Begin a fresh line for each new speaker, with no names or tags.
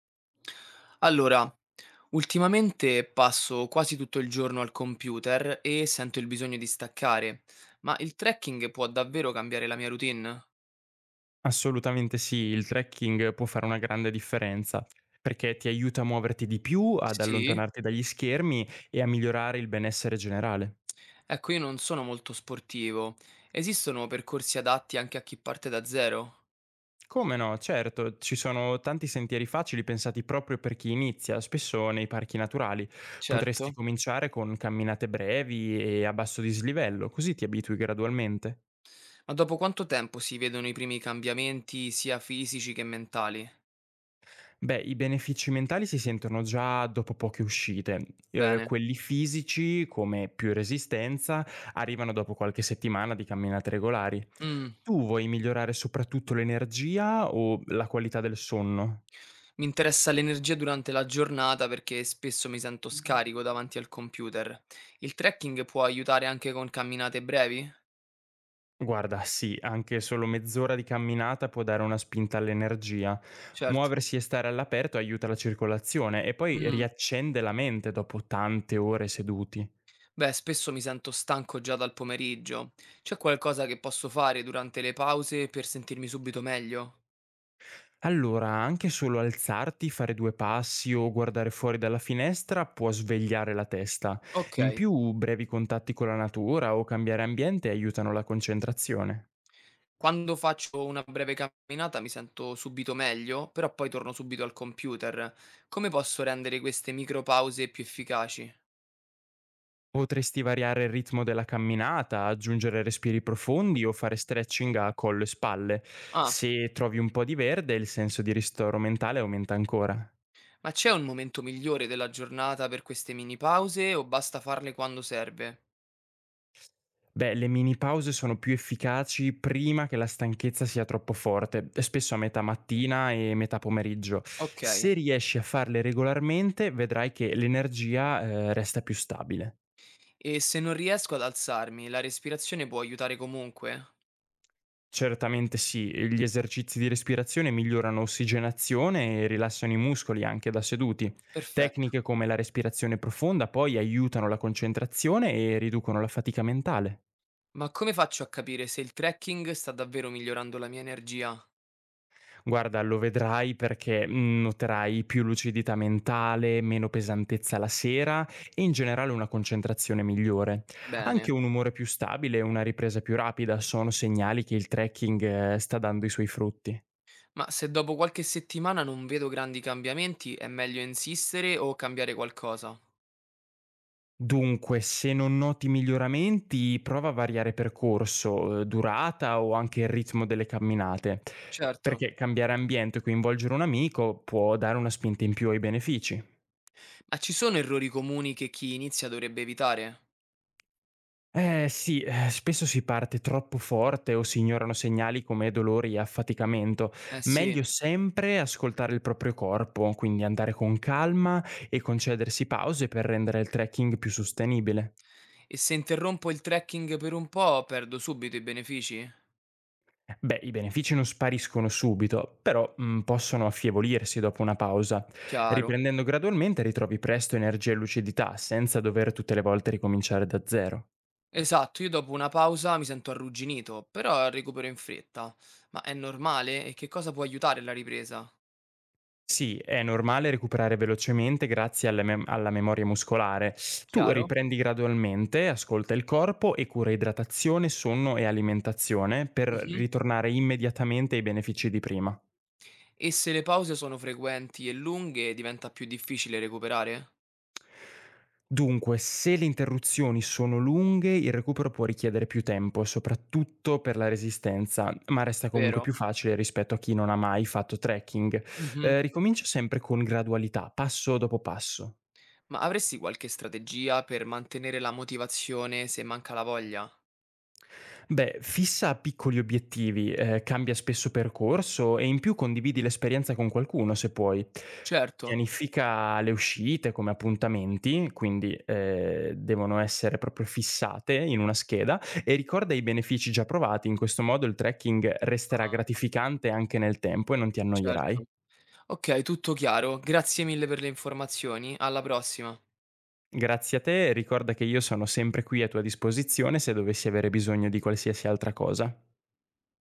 Allora, ultimamente passo quasi tutto il giorno al computer e sento il bisogno di staccare, ma il trekking può davvero cambiare la mia routine?
Assolutamente sì, il trekking può fare una grande differenza, perché ti aiuta a muoverti di più, ad
Sì?
allontanarti dagli schermi e a migliorare il benessere generale.
Ecco, io non sono molto sportivo. Esistono percorsi adatti anche a chi parte da zero?
Come no, certo, ci sono tanti sentieri facili pensati proprio per chi inizia, spesso nei parchi naturali. Potresti
Certo.
cominciare con camminate brevi e a basso dislivello, così ti abitui gradualmente.
Ma dopo quanto tempo si vedono i primi cambiamenti, sia fisici che mentali?
Beh, i benefici mentali si sentono già dopo poche uscite.
Bene.
Quelli fisici, come più resistenza, arrivano dopo qualche settimana di camminate regolari.
Mm.
Tu vuoi migliorare soprattutto l'energia o la qualità del sonno?
Mi interessa l'energia durante la giornata perché spesso mi sento scarico davanti al computer. Il trekking può aiutare anche con camminate brevi?
Guarda, sì, anche solo mezz'ora di camminata può dare una spinta all'energia.
Certo.
Muoversi e stare all'aperto aiuta la circolazione e poi
Mm.
riaccende la mente dopo tante ore seduti.
Beh, spesso mi sento stanco già dal pomeriggio. C'è qualcosa che posso fare durante le pause per sentirmi subito meglio?
Allora, anche solo alzarti, fare 2 passi o guardare fuori dalla finestra può svegliare la testa.
Ok.
In più, brevi contatti con la natura o cambiare ambiente aiutano la concentrazione.
Quando faccio una breve camminata mi sento subito meglio, però poi torno subito al computer. Come posso rendere queste micropause più efficaci?
Potresti variare il ritmo della camminata, aggiungere respiri profondi o fare stretching a collo e spalle. Se trovi un po' di verde, il senso di ristoro mentale aumenta ancora.
Ma c'è un momento migliore della giornata per queste mini pause o basta farle quando serve?
Beh, le mini pause sono più efficaci prima che la stanchezza sia troppo forte, spesso a metà mattina e metà pomeriggio.
Ok.
Se riesci a farle regolarmente, vedrai che l'energia, resta più stabile.
E se non riesco ad alzarmi, la respirazione può aiutare comunque?
Certamente sì, gli esercizi di respirazione migliorano ossigenazione e rilassano i muscoli anche da seduti.
Perfetto.
Tecniche come la respirazione profonda poi aiutano la concentrazione e riducono la fatica mentale.
Ma come faccio a capire se il trekking sta davvero migliorando la mia energia?
Guarda, lo vedrai perché noterai più lucidità mentale, meno pesantezza la sera e in generale una concentrazione migliore. Anche
Bene.
un umore più stabile e una ripresa più rapida sono segnali che il trekking sta dando i suoi frutti.
Ma se dopo qualche settimana non vedo grandi cambiamenti, è meglio insistere o cambiare qualcosa?
Dunque, se non noti miglioramenti, prova a variare percorso, durata o anche il ritmo delle camminate,
Certo.
perché cambiare ambiente e coinvolgere un amico può dare una spinta in più ai benefici.
Ma ci sono errori comuni che chi inizia dovrebbe evitare?
Eh sì, spesso si parte troppo forte o si ignorano segnali come dolori e affaticamento.
Eh sì.
Meglio sempre ascoltare il proprio corpo, quindi andare con calma e concedersi pause per rendere il trekking più sostenibile.
E se interrompo il trekking per un po', perdo subito i benefici?
Beh, i benefici non spariscono subito, però possono affievolirsi dopo una pausa.
Chiaro.
Riprendendo gradualmente ritrovi presto energia e lucidità, senza dover tutte le volte ricominciare da zero.
Esatto, io dopo una pausa mi sento arrugginito, però recupero in fretta. Ma è normale? E che cosa può aiutare la ripresa?
Sì, è normale recuperare velocemente grazie alla mem alla memoria muscolare. Tu
Chiaro?
riprendi gradualmente, ascolta il corpo e cura idratazione, sonno e alimentazione per
Mhm.
ritornare immediatamente ai benefici di prima.
E se le pause sono frequenti e lunghe, diventa più difficile recuperare?
Dunque, se le interruzioni sono lunghe, il recupero può richiedere più tempo, soprattutto per la resistenza, ma resta comunque
Vero?
più facile rispetto a chi non ha mai fatto trekking.
Mhm.
Ricomincia sempre con gradualità, passo dopo passo.
Ma avresti qualche strategia per mantenere la motivazione se manca la voglia?
Beh, fissa piccoli obiettivi, cambia spesso percorso e in più condividi l'esperienza con qualcuno se puoi.
Certo.
Pianifica le uscite come appuntamenti, quindi devono essere proprio fissate in una scheda e ricorda i benefici già provati, in questo modo il trekking resterà
Ah,
gratificante anche nel tempo e non ti
certo.
annoierai.
Ok, tutto chiaro. Grazie mille per le informazioni. Alla prossima.
Grazie a te, ricorda che io sono sempre qui a tua disposizione se dovessi avere bisogno di qualsiasi altra cosa.